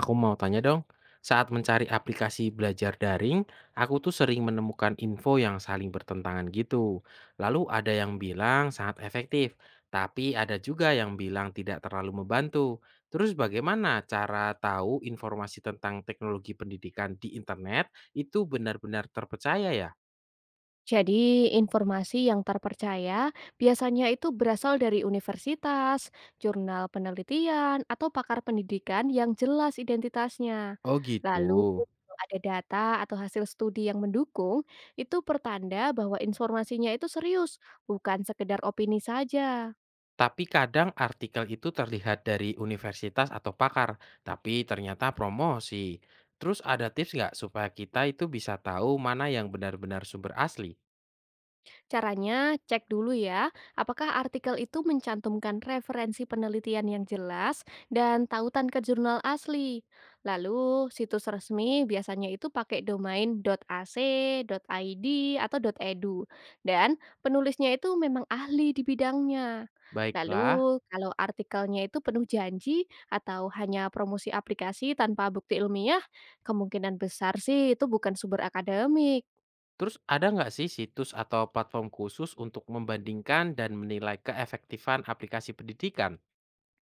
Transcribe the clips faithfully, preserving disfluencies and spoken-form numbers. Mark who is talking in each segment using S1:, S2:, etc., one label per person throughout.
S1: Aku mau tanya dong, saat mencari aplikasi belajar daring, aku tuh sering menemukan info yang saling bertentangan gitu. Lalu ada yang bilang sangat efektif, tapi ada juga yang bilang tidak terlalu membantu. Terus bagaimana cara tahu informasi tentang teknologi pendidikan di internet itu benar-benar terpercaya ya?
S2: Jadi, informasi yang terpercaya biasanya itu berasal dari universitas, jurnal penelitian, atau pakar pendidikan yang jelas identitasnya.
S1: Oh
S2: Lalu,
S1: gitu.
S2: kalau ada data atau hasil studi yang mendukung, itu pertanda bahwa informasinya itu serius, bukan sekedar opini saja.
S1: Tapi kadang artikel itu terlihat dari universitas atau pakar, tapi ternyata promosi. Terus ada tips nggak supaya kita itu bisa tahu mana yang benar-benar sumber asli?
S2: Caranya, cek dulu ya, apakah artikel itu mencantumkan referensi penelitian yang jelas dan tautan ke jurnal asli. Lalu, situs resmi biasanya itu pakai domain titik a c, titik i d, atau titik e d u. Dan penulisnya itu memang ahli di bidangnya.
S1: Baiklah,
S2: Lalu, kalau artikelnya itu penuh janji atau hanya promosi aplikasi tanpa bukti ilmiah, kemungkinan besar sih itu bukan sumber akademik.
S1: terus ada nggak sih situs atau platform khusus untuk membandingkan dan menilai keefektifan aplikasi pendidikan?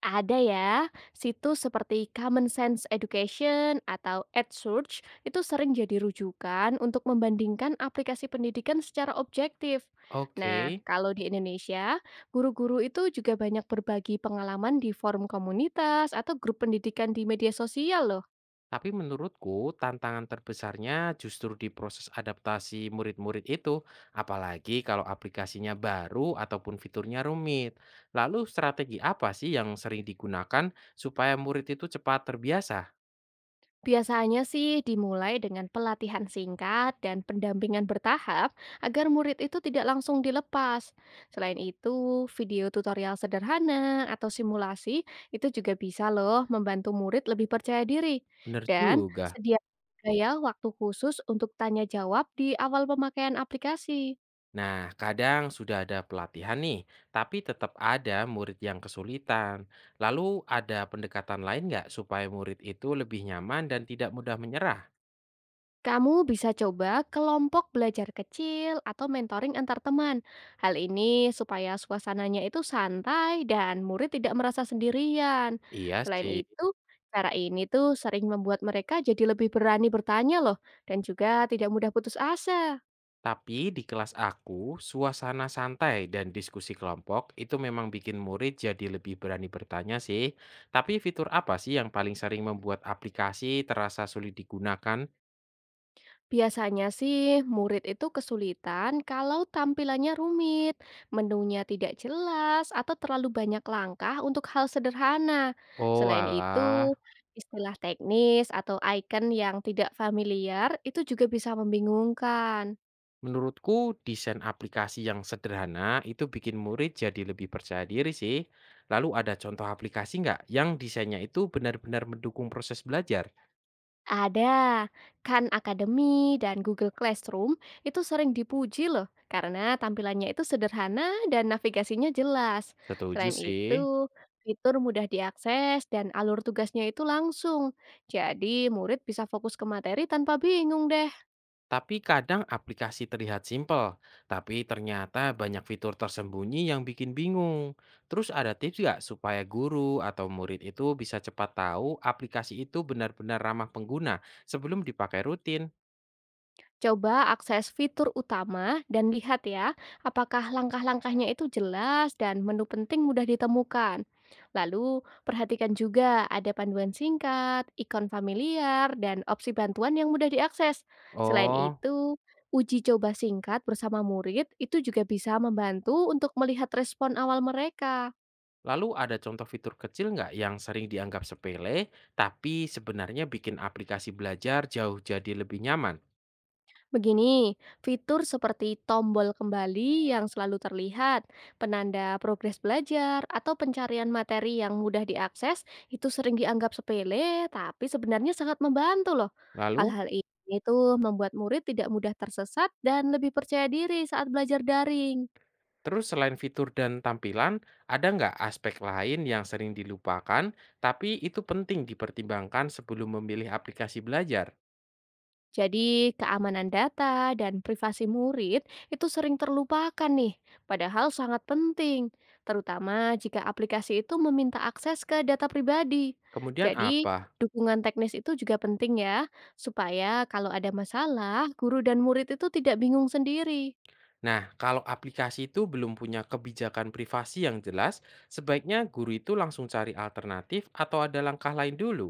S2: Ada ya, situs seperti Common Sense Education atau EdSearch itu sering jadi rujukan untuk membandingkan aplikasi pendidikan secara objektif. Nah,
S1: Oke.
S2: kalau di Indonesia, guru-guru itu juga banyak berbagi pengalaman di forum komunitas atau grup pendidikan di media sosial loh.
S1: Tapi menurutku tantangan terbesarnya justru di proses adaptasi murid-murid itu, apalagi kalau aplikasinya baru ataupun fiturnya rumit. Lalu strategi apa sih yang sering digunakan supaya murid itu cepat terbiasa?
S2: Biasanya sih dimulai dengan pelatihan singkat dan pendampingan bertahap agar murid itu tidak langsung dilepas. Selain itu, video tutorial sederhana atau simulasi itu juga bisa loh membantu murid lebih percaya diri.
S1: Bener
S2: Dan
S1: juga.
S2: sediakan gaya waktu khusus untuk tanya jawab di awal pemakaian aplikasi.
S1: Nah, kadang sudah ada pelatihan nih, tapi tetap ada murid yang kesulitan. Lalu ada pendekatan lain nggak supaya murid itu lebih nyaman dan tidak mudah menyerah?
S2: Kamu bisa coba kelompok belajar kecil atau mentoring antar teman. Hal ini supaya suasananya itu santai dan murid tidak merasa sendirian.
S1: Iya
S2: Selain
S1: sih.
S2: itu, cara ini tuh sering membuat mereka jadi lebih berani bertanya loh dan juga tidak mudah putus asa.
S1: Tapi di kelas aku, suasana santai dan diskusi kelompok itu memang bikin murid jadi lebih berani bertanya sih. Tapi fitur apa sih yang paling sering membuat aplikasi terasa sulit digunakan?
S2: Biasanya sih murid itu kesulitan kalau tampilannya rumit, menunya tidak jelas, atau terlalu banyak langkah untuk hal sederhana.
S1: Oh
S2: Selain itu,
S1: alah,
S2: istilah teknis atau icon yang tidak familiar itu juga bisa membingungkan.
S1: menurutku desain aplikasi yang sederhana itu bikin murid jadi lebih percaya diri sih. Lalu ada contoh aplikasi nggak yang desainnya itu benar-benar mendukung proses belajar?
S2: Ada, Khan Academy dan Google Classroom itu sering dipuji loh karena tampilannya itu sederhana dan navigasinya jelas.
S1: Setuju
S2: Selain
S1: sih.
S2: itu, fitur mudah diakses dan alur tugasnya itu langsung. Jadi, murid bisa fokus ke materi tanpa bingung deh.
S1: Tapi kadang aplikasi terlihat simpel, tapi ternyata banyak fitur tersembunyi yang bikin bingung. Terus ada tips nggak supaya guru atau murid itu bisa cepat tahu aplikasi itu benar-benar ramah pengguna sebelum dipakai rutin?
S2: Coba akses fitur utama dan lihat ya, apakah langkah-langkahnya itu jelas dan menu penting mudah ditemukan. Lalu, perhatikan juga ada panduan singkat, ikon familiar, dan opsi bantuan yang mudah diakses. Selain
S1: Oh,
S2: itu, uji coba singkat bersama murid itu juga bisa membantu untuk melihat respon awal mereka.
S1: lalu ada contoh fitur kecil nggak yang sering dianggap sepele, tapi sebenarnya bikin aplikasi belajar jauh jadi lebih nyaman?
S2: Begini, fitur seperti tombol kembali yang selalu terlihat, penanda progres belajar, atau pencarian materi yang mudah diakses itu sering dianggap sepele, tapi sebenarnya sangat membantu loh.
S1: Lalu
S2: Hal-hal ini tuh membuat murid tidak mudah tersesat dan lebih percaya diri saat belajar daring.
S1: terus selain fitur dan tampilan, ada nggak aspek lain yang sering dilupakan, tapi itu penting dipertimbangkan sebelum memilih aplikasi belajar?
S2: Jadi, keamanan data dan privasi murid itu sering terlupakan nih, padahal sangat penting, terutama jika aplikasi itu meminta akses ke data pribadi.
S1: Kemudian
S2: Jadi,
S1: apa?
S2: dukungan teknis itu juga penting ya, supaya kalau ada masalah, guru dan murid itu tidak bingung sendiri.
S1: Nah, kalau aplikasi itu belum punya kebijakan privasi yang jelas, sebaiknya guru itu langsung cari alternatif atau ada langkah lain dulu.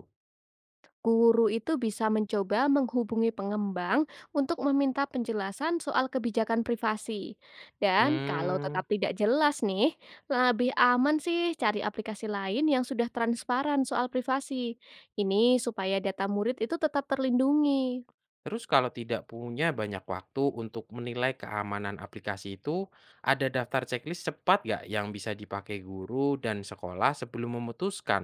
S2: Guru itu bisa mencoba menghubungi pengembang untuk meminta penjelasan soal kebijakan privasi. Dan kalau
S1: Hmm,
S2: tetap tidak jelas nih, lebih aman sih cari aplikasi lain yang sudah transparan soal privasi. Ini supaya data murid itu tetap terlindungi.
S1: terus kalau tidak punya banyak waktu untuk menilai keamanan aplikasi itu, ada daftar checklist cepat nggak yang bisa dipakai guru dan sekolah sebelum memutuskan?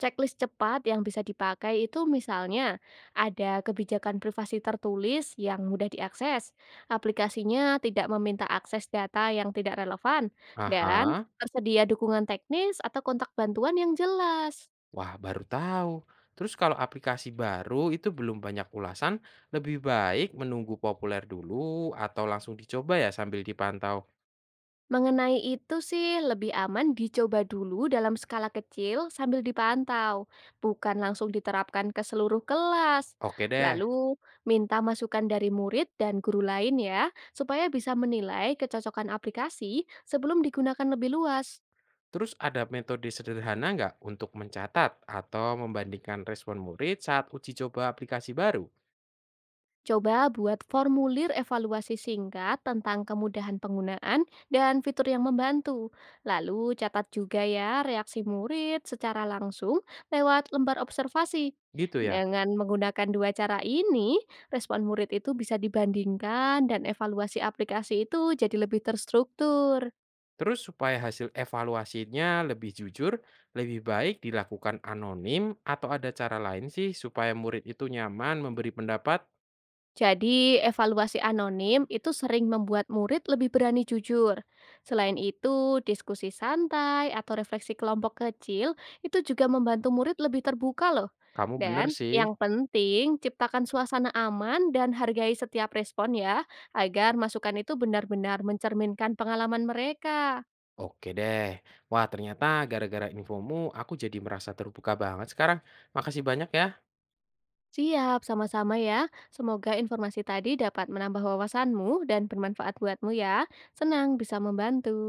S2: Checklist cepat yang bisa dipakai itu misalnya ada kebijakan privasi tertulis yang mudah diakses, aplikasinya tidak meminta akses data yang tidak relevan, dan
S1: Aha.
S2: tersedia dukungan teknis atau kontak bantuan yang jelas.
S1: Wah, baru tahu. Terus kalau aplikasi baru itu belum banyak ulasan, lebih baik menunggu populer dulu atau langsung dicoba ya sambil dipantau.
S2: Mengenai itu sih lebih aman dicoba dulu dalam skala kecil sambil dipantau, bukan langsung diterapkan ke seluruh kelas.
S1: Oke deh.
S2: Lalu minta masukan dari murid dan guru lain ya, supaya bisa menilai kecocokan aplikasi sebelum digunakan lebih luas.
S1: Terus ada metode sederhana nggak untuk mencatat atau membandingkan respon murid saat uji coba aplikasi baru?
S2: Coba buat formulir evaluasi singkat tentang kemudahan penggunaan dan fitur yang membantu. Lalu catat juga ya reaksi murid secara langsung lewat lembar observasi.
S1: Gitu ya.
S2: Dengan menggunakan dua cara ini, respon murid itu bisa dibandingkan dan evaluasi aplikasi itu jadi lebih terstruktur.
S1: Terus supaya hasil evaluasinya lebih jujur, lebih baik dilakukan anonim atau ada cara lain sih supaya murid itu nyaman memberi pendapat?
S2: Jadi, evaluasi anonim itu sering membuat murid lebih berani jujur. Selain itu, diskusi santai atau refleksi kelompok kecil itu juga membantu murid lebih terbuka loh.
S1: Kamu bener
S2: Dan
S1: sih.
S2: yang penting, ciptakan suasana aman dan hargai setiap respon ya, agar masukan itu benar-benar mencerminkan pengalaman mereka.
S1: Oke deh. Wah, ternyata gara-gara infomu aku jadi merasa terbuka banget sekarang. Makasih banyak ya.
S2: Siap, sama-sama ya. Semoga informasi tadi dapat menambah wawasanmu dan bermanfaat buatmu ya. Senang bisa membantu.